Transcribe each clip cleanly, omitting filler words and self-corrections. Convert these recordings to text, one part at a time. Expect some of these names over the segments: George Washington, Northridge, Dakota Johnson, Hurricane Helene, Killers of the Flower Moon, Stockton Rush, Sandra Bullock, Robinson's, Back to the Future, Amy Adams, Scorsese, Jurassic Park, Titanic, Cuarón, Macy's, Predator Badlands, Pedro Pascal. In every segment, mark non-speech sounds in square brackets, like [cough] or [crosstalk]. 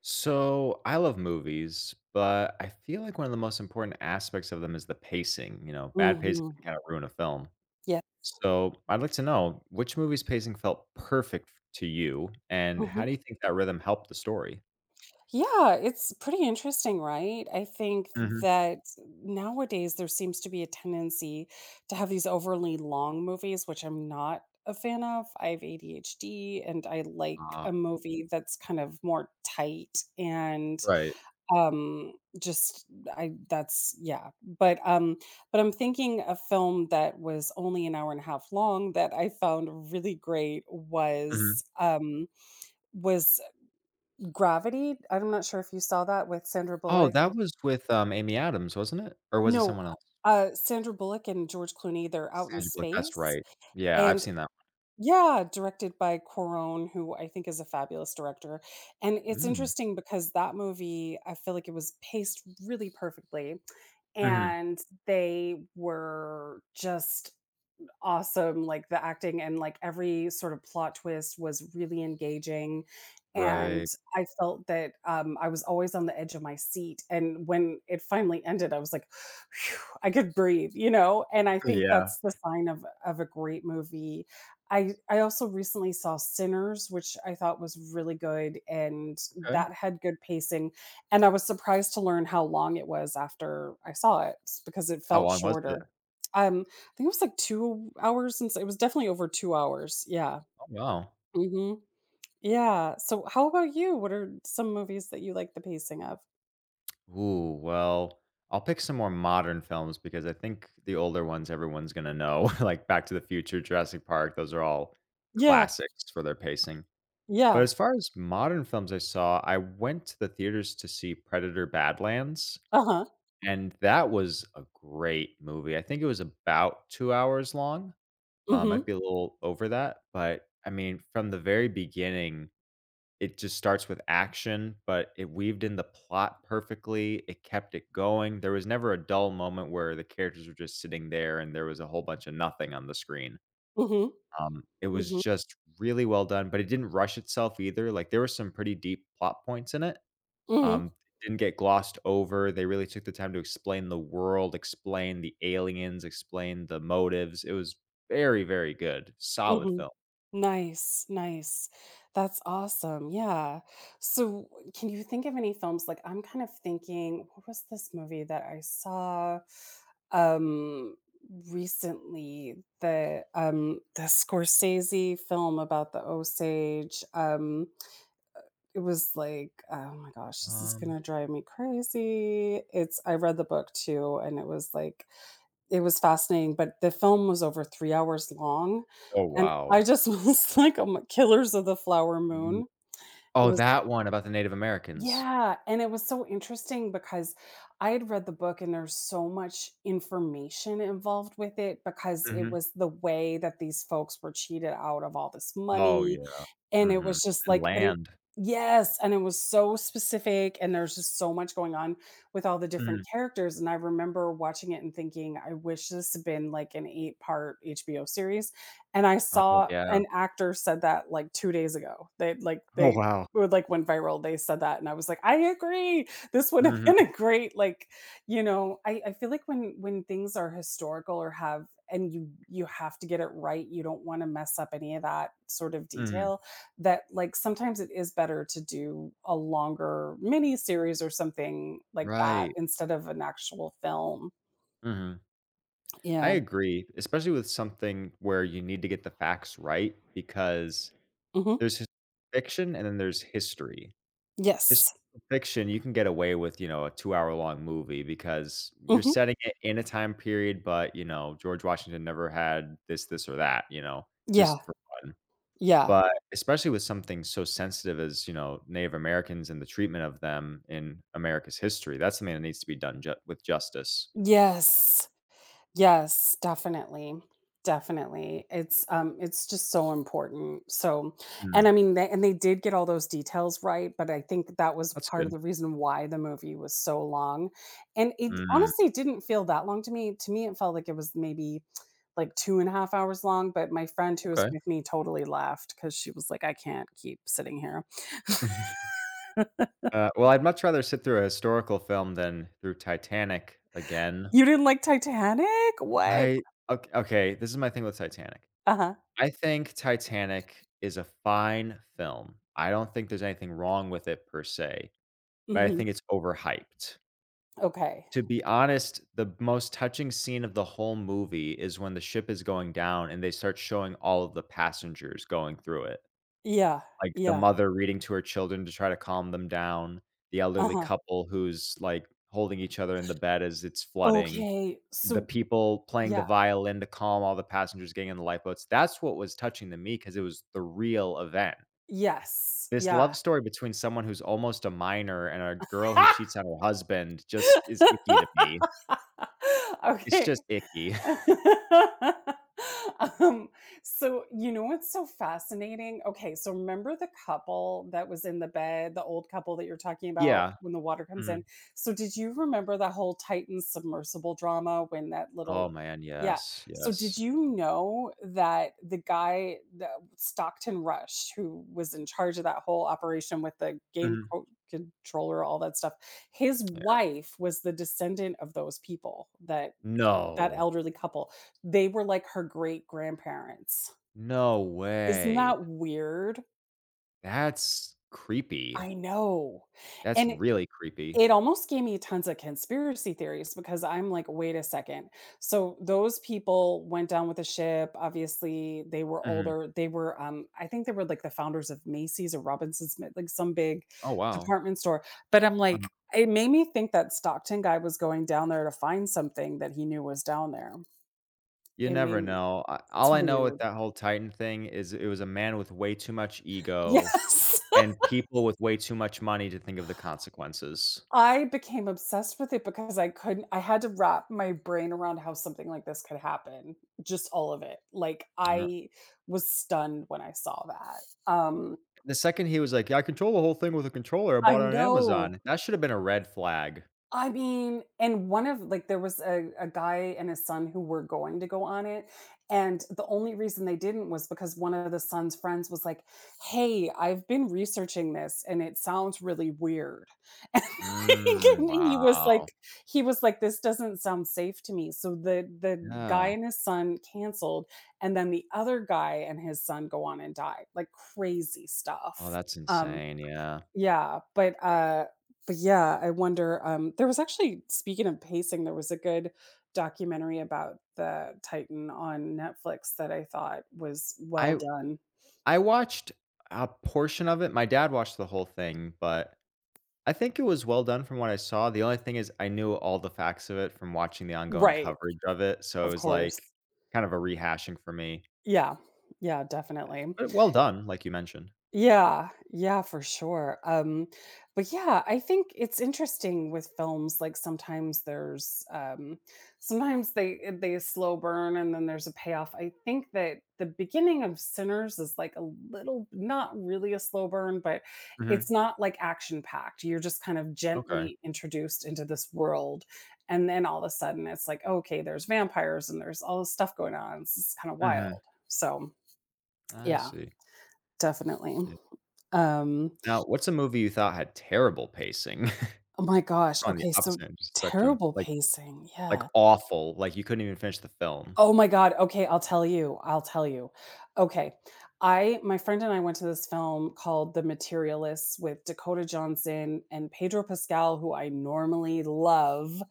So I love movies, but I feel like one of the most important aspects of them is the pacing. Bad pacing Mhm. can kind of ruin a film. Yep. So I'd like to know which movie's pacing felt perfect to you, and how Mhm. do you think that rhythm helped the story? Yeah, it's pretty interesting, right? I think hmm that nowadays there seems to be a tendency to have these overly long movies, which I'm not a fan of. I have ADHD and I like Uh, a movie that's kind of more tight and right. um just I that's yeah. But I'm thinking a film that was only 1.5 hours long that I found really great was hmm was Gravity, I'm not sure if you saw that with Sandra Oh, Bullock. that was with Amy Adams, wasn't it? Or was it No, someone else? Sandra Bullock and George Clooney, they're out in Sandra Bullock. That's space, right. Yeah, I've and seen that. yeah, directed by Cuarón, who I think is a fabulous director, and One. it's Mm. interesting because that movie, I feel like it was paced really perfectly, hmm and they were just awesome. Like the acting and like every sort of plot twist was really engaging. And Right. I felt that I was always on the edge of my seat. And when it finally ended, I was like, "Phew, I could breathe, you know? And I [laughs] think Yeah. that's the sign of a great movie. I also recently saw Sinners, which I thought was really good, and Okay. that had good pacing. And I was surprised to learn how long it was after I saw because it How felt long was shorter. it? Um, think it was like 2 hours, since it was definitely over 2 hours, yeah. Oh, wow. Mhm. Yeah, so how about you? What are some movies that you like the pacing of? Ooh, well, I'll pick some more modern films because I think the older ones everyone's gonna know, [laughs] like Back to the Future, Jurassic Park, those are all Yeah, classics for their pacing. But yeah. as far as modern films I saw, I went to the theaters to see Predator Badlands, Uh-huh. and that was a great movie. I think it was about 2 hours long. Mhm, Might be a little over that, but I mean, from the very beginning, it just starts with action, but it weaved in the plot perfectly, it kept it going, there was never a dull moment where the characters were just sitting there and there was a whole bunch of nothing on the screen. mhm, It was mhm, just really well done, but it didn't rush itself either, like, there were some pretty deep plot points in it, mhm, it didn't get glossed over, they really took the time to explain the world, explain the aliens, explain the motives, it was very, very good, solid mhm. film. Nice, nice. That's awesome. Yeah. So, can you think of any films? Like I'm kind of thinking, what was this movie that I saw um recently, the Scorsese film about the Osage? It was like, oh my gosh, this is going Um to drive me crazy. It's I read the book too, and it was like, it was fascinating, but the film was over 3 hours long, Oh, and I wow. just [laughs] was like, "Oh my Killers of the Flower Moon." It Oh, was that one about the Native Americans. Yeah, and it was so interesting because I had read the book and there's so much information involved with it, because it Mhm. was the way that these folks were cheated out of all this Oh, money, yeah. and it Mhm. was just And like but it land. yes, and it was so specific and there's just so much going on with all the different Mhm. characters. And I remember watching it and thinking, I wish this had been like an 8-part HBO series. And I Oh, saw yeah. an actor said that like 2 days ago. They like Oh, they wow. would like went viral, they said that, and I was like, "I agree. This would have [laughs] been Mhm, a great, like, you know, I feel like when things are historical or have and you have to get it right, you don't want to mess up any of that sort of mhm. detail, that like sometimes it is better to do a longer mini series or something like that Right. instead of an actual film. Mhm. I Yeah. agree, especially with something where you need to get the facts right because Mhm. there's his fiction and then there's history. Yes. Historical fiction, you can get away with, you know, a two-hour-long movie because you're Mhm. setting it in a time period, but, you know, George Washington never had this or that, you know, Yeah, just for fun. yeah. But especially with something so sensitive as, you know, Native Americans and the treatment of them in America's history, that's something that needs to be done ju with justice. Yes. Yes, definitely. Definitely. It's just so important. So and Mm, I mean they did get all those details right, but I think that was that's part of good. the reason why the movie was so long. And it Mm, honestly didn't feel that long to me. To me, it felt like it was maybe like 2.5 hours long, but my friend who was okay. with me totally laughed because she was like, I can't keep sitting here. [laughs] Well, I'd much rather sit through a historical film than through Titanic [laughs] again. You didn't like Titanic? What? I ok okay, this is my thing with Titanic. Uh-huh. I think Titanic is a fine film. I don't think there's anything wrong with it per se, but I Hmm. think it's overhyped. Okay. To be honest, the most touching scene of the whole movie is when the ship is going down and they start showing all of the passengers going through it. Yeah. Like, the Yeah. mother reading to her children to try to calm them down, the elderly Uh-huh. couple who's, like, holding each other in the bed as it's flooding, Okay, the so people playing the yeah, violin to calm all the passengers getting in the lifeboats. That's what was touching to me because it was the real event. yes, This yeah. love story between someone who's almost a minor and a girl who cheats on her husband just is icky to me. [laughs] [laughs] It's Okay, just icky. [laughs] [laughs] um, so you know what's so fascinating? Okay, so remember the couple that was in the bed, the old couple that you're talking about Yeah. when the water comes in. Mhm. So did you remember the whole Titan submersible drama when that Oh, little, man, yeah. yes, So did yes. you know that the guy the Stockton Rush, who was in charge of that whole operation with the game Mhm. Controller, all that stuff, his Yeah. wife was the descendant of those people, that No. elderly couple. They were like her great grandparents. No Isn't way. that weird? That's creepy. I know. That's And it really creepy. it almost gave me tons of conspiracy theories because I'm like, wait a second. So those people went down with the ship. Obviously, they were Mhm. older. They were, I think they were like the founders of Macy's or Robinson's, Smith, like some big Oh, wow. department store. But I'm Uh-huh. like, it made me think that Stockton guy was going down there to find something that he knew was down there. You It made never me, know. I it's All I know with weird. that whole Titan thing is it was a man with way too much [laughs] ego Yes. and people with way too much money to think of the consequences. I became obsessed with it because I couldn't I had to wrap my brain around how something like this could happen, just all of it. Like, Yep. I was stunned when I saw that. Um, The second he was like, "Yeah, I control the whole thing with a controller I I bought it on know. Amazon," that should have been a red flag. I mean, and one of like there was a guy and his son who were going to go on it. And the only reason they didn't was because one of the son's friends was like, hey, I've been researching this and it sounds really weird. [laughs] Mm, And, like, and wow. He was like, This doesn't sound safe to me. So the guy Yeah. and his son canceled, and then the other guy and his son go on and die. Like crazy Oh, stuff. that's Um insane, yeah. yeah, but yeah, I wonder, there was actually, speaking of pacing, there was a good documentary about the Titan on Netflix that I thought was well I done. I watched a portion of it, my dad watched the whole thing, but I think it was well done from what I saw, the only thing is I knew all the facts of it from watching the ongoing Right, coverage of it, so it of was, like, course. kind of a rehashing for me, Yeah. Yeah, definitely. but well done, like you mentioned. Yeah, yeah, for sure. But yeah, I think it's interesting with films. Like sometimes sometimes they slow burn and then there's a payoff. I think that the beginning of Sinners is like a little, not really a slow burn, but it's Mhm. not like action packed. You're just kind of Okay. gently introduced into this world, and then all of a sudden it's like, okay, there's vampires and there's all this stuff going on. It's kind of Mhm. wild. So I yeah, see. definitely. Yeah. Um, Now, what's a movie you thought had terrible pacing? [laughs] Oh my It's gosh, on the okay, so opposite end of the spectrum, terrible pacing, like, yeah. awful, like, you couldn't even finish the film. Oh my god, okay, I'll tell you, I'll tell you. Okay, I my friend and I went to this film called The Materialists with Dakota Johnson and Pedro Pascal, who I normally love,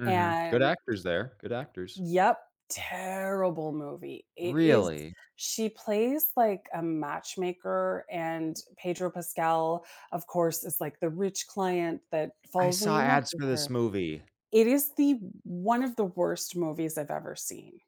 Mhm. Good and actors there, good actors. yep, terrible movie. It is Really? She plays, like, a matchmaker, and Pedro Pascal, of course, is, like, the rich client that I falls in saw love ads with for her. this movie. It is the One of the worst movies I've ever seen.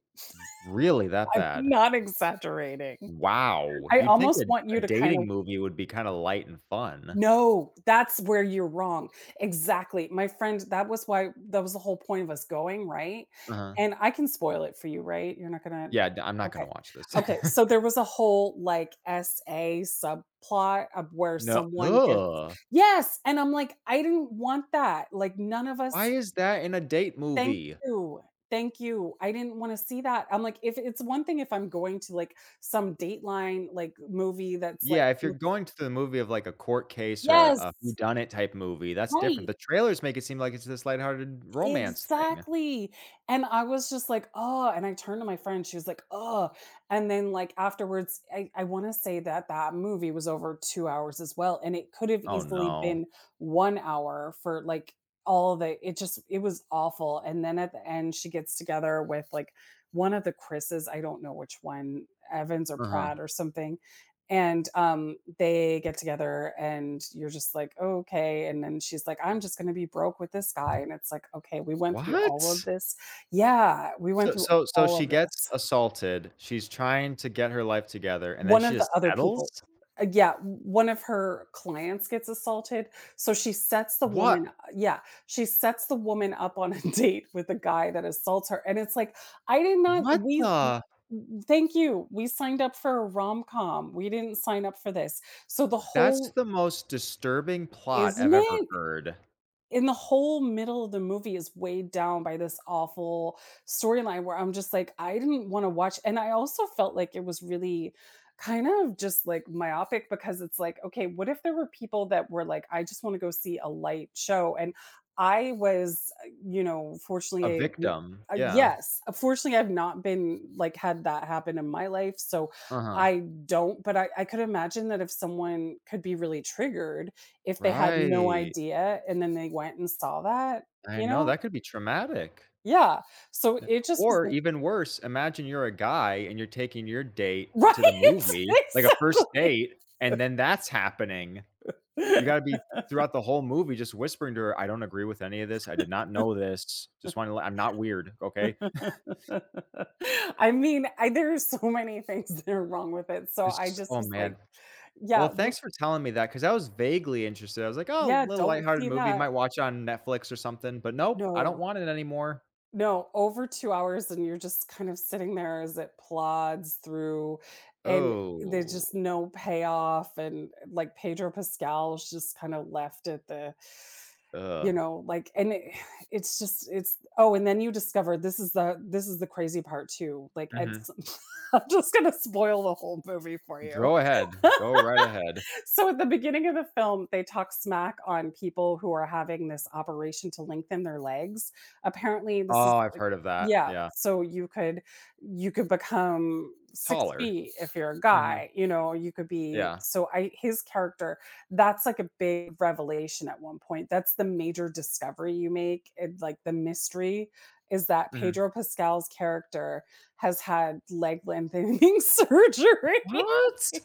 Really, that I'm bad? not exaggerating. Wow. I You'd think a almost want you A to kind of dating movie would be kinda light and fun. no, that's where you're wrong. Exactly. My friend, that was why, that was the whole point of us going, right? Uh-huh. And I can spoil it for you, right? You're not gonna Yeah, d I'm not okay. gonna watch this. Okay, so [laughs] there was a whole, like, SA subplot of where No. someone gets Ugh. yes, and I'm like, "I didn't want that." Like, none of Why us is that in a date thank movie? you. Thank you. I didn't wanna see that. I'm like, if it's one thing if I'm going to, like, some Dateline, like, movie that's, like, Yeah, if you're looks going to the movie of, like, a court case or yes, a whodunit type movie, that's different. right. The trailers make it seem like it's this lighthearted romance thing. Exactly, and I was just like, "Oh," and I turned to my friend, she was like, "Oh," and then, like, afterwards, I wanna say that that movie was over 2 hours as well, and it could have Oh, easily no. been 1 hour, for, like, all the it just it was awful, and then at the end, she gets together with, like, one of the Chris's, I don't know which one, Evans or Uh-huh. Pratt or something, and they get together and you're just like, "Oh, okay, and then she's like, I'm just going to be broke with this guy, and it's like, okay, we went through all of What? this, yeah, we went So through so so all she of gets this assaulted, she's trying to get her life together, and then one she of the just other people, settles? Yeah, one of her clients gets assaulted, so she sets the woman What yeah, she sets the woman up on a [laughs] date with the guy that assaults her, and it's like, I did not what we the— thank you, we signed up for a rom-com, we didn't sign up for this, so the That's whole the most disturbing plot isn't I've ever it? heard. And the whole middle of the movie is weighed down by this awful storyline, where I'm just like, I didn't wanna watch. And I also felt like it was really kind of just, like, myopic, because it's like, okay, what if there were people that were like, "I just wanna go see a light show," and I was, you know, A fortunately a victim, yeah. yes, fortunately, I've not been like, had that happen in my life, so Uh-huh. I don't, but I could imagine that if someone could be really triggered, if they had no Right. idea and then they went and saw that, I you know, know? that could be traumatic. Yeah. So Yeah, it just was or like [laughs] even worse, imagine you're a guy and you're taking your date right, to the [laughs] movie, like a first exactly. date, and then that's happening. You gotta be throughout the whole movie just whispering to her, "I don't agree with any of this. I did not know this. Just wanna let I'm not weird, okay?" [laughs] I mean, I there are so many things that are wrong with it, so I This just Oh, was like, man. yeah, Well, w thanks for telling me that because I was vaguely interested. I was like, "Oh, yeah, little don't lighthearted see movie, that. might watch on Netflix or something," but nope, I don't No, want it anymore. no, over 2 hours and you're just kind of sitting there as it plods through, and there's Oh, just no payoff, and, like, Pedro Pascal just kinda left at the you ugh. know, like, and it it's just it's oh, and then you discover, this is the crazy part too, like, Mhm. it's [laughs] I'm just gonna spoil the whole movie for you. Go ahead. Go right ahead. So at the beginning of the film, they talk smack on people who are having this operation to lengthen their legs. Apparently, this is Oh, I've like heard of that. yeah, Yeah. so you could become 6 Taller. feet if you're a Mhm. guy, you know, you could be Yeah. so I his character, that's like a big revelation at one point. That's the major discovery you make. It like The mystery is that Mhm. Pedro Pascal's character has had leg lengthening [laughs] surgery. What? [laughs]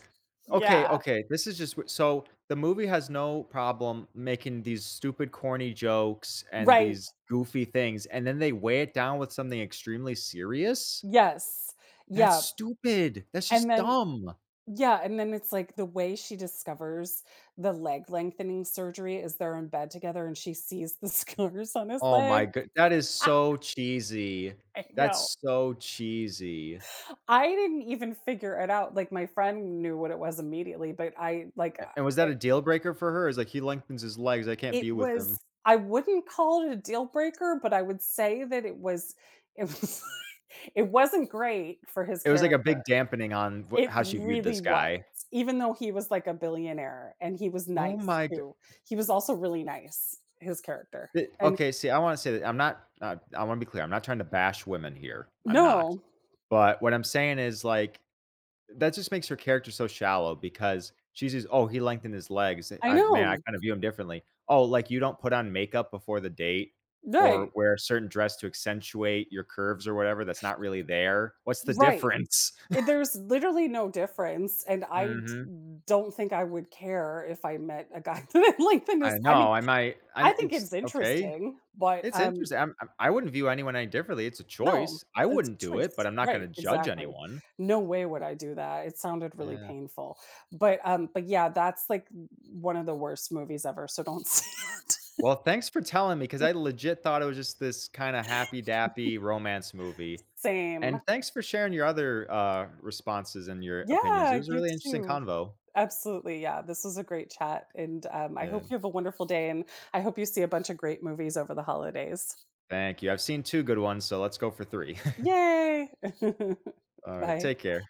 Okay, Yeah. okay, this is just w so the movie has no problem making these stupid, corny jokes and Right. these goofy things, and then they weigh it down with something extremely serious? Yes. That's Yeah, stupid. That's and just then dumb. yeah, and then it's, like, the way she discovers the leg lengthening surgery is they're in bed together and she sees the [laughs] scars on his Oh leg. my god! That is so [laughs] cheesy. I know. That's so cheesy. I didn't even figure it out, like, my friend knew what it was immediately, but I, like, A and was that a deal breaker for her? Is like, "He lengthens his legs, I can't it be with him." was I wouldn't call it a deal breaker, but I would say that it was [laughs] it wasn't great for his It was like a character. big dampening on wh It how she viewed really this was, guy. even though he was like a billionaire and he was Oh nice my— too. He was also really nice, his character, It and Okay, see, I wanna say that I'm not I wanna be clear, I'm not trying to bash women here, I'm not. no, But what I'm saying is, like, that just makes her character so shallow because she sees, "Oh, he lengthened his legs. I I Man, I know. kinda view him differently." Oh, like, you don't put on makeup before the date or Right, wear a certain dress to accentuate your curves or whatever that's not really there. What's the right. difference? Eh, [laughs] there's literally no difference, and I d Mhm. don't think I would care if I met a guy [laughs] that lengthened I his I mean, know, I might I. I think it's it's okay. interesting, but, It's interesting. I wouldn't view anyone any differently, it's a no, choice. I it's a wouldn't do it, but choice. I'm not Right, gonna judge exactly. anyone. No way would I do that. It sounded really Yeah. painful. But yeah, that's like one of the worst movies ever, so don't [laughs] see it. Well, thanks for telling me because I legit thought it was just this kinda happy dappy romance movie. Same. And thanks for sharing your other, responses and your opinions. It Yeah, was a you really interesting too. convo. Absolutely, yeah, this was a great chat, and, I Yeah. hope you have a wonderful day, and I hope you see a bunch of great movies over the holidays. Thank you. I've seen 2 good ones, so let's go for 3. [laughs] Yay. [laughs] Alright, Bye. take care.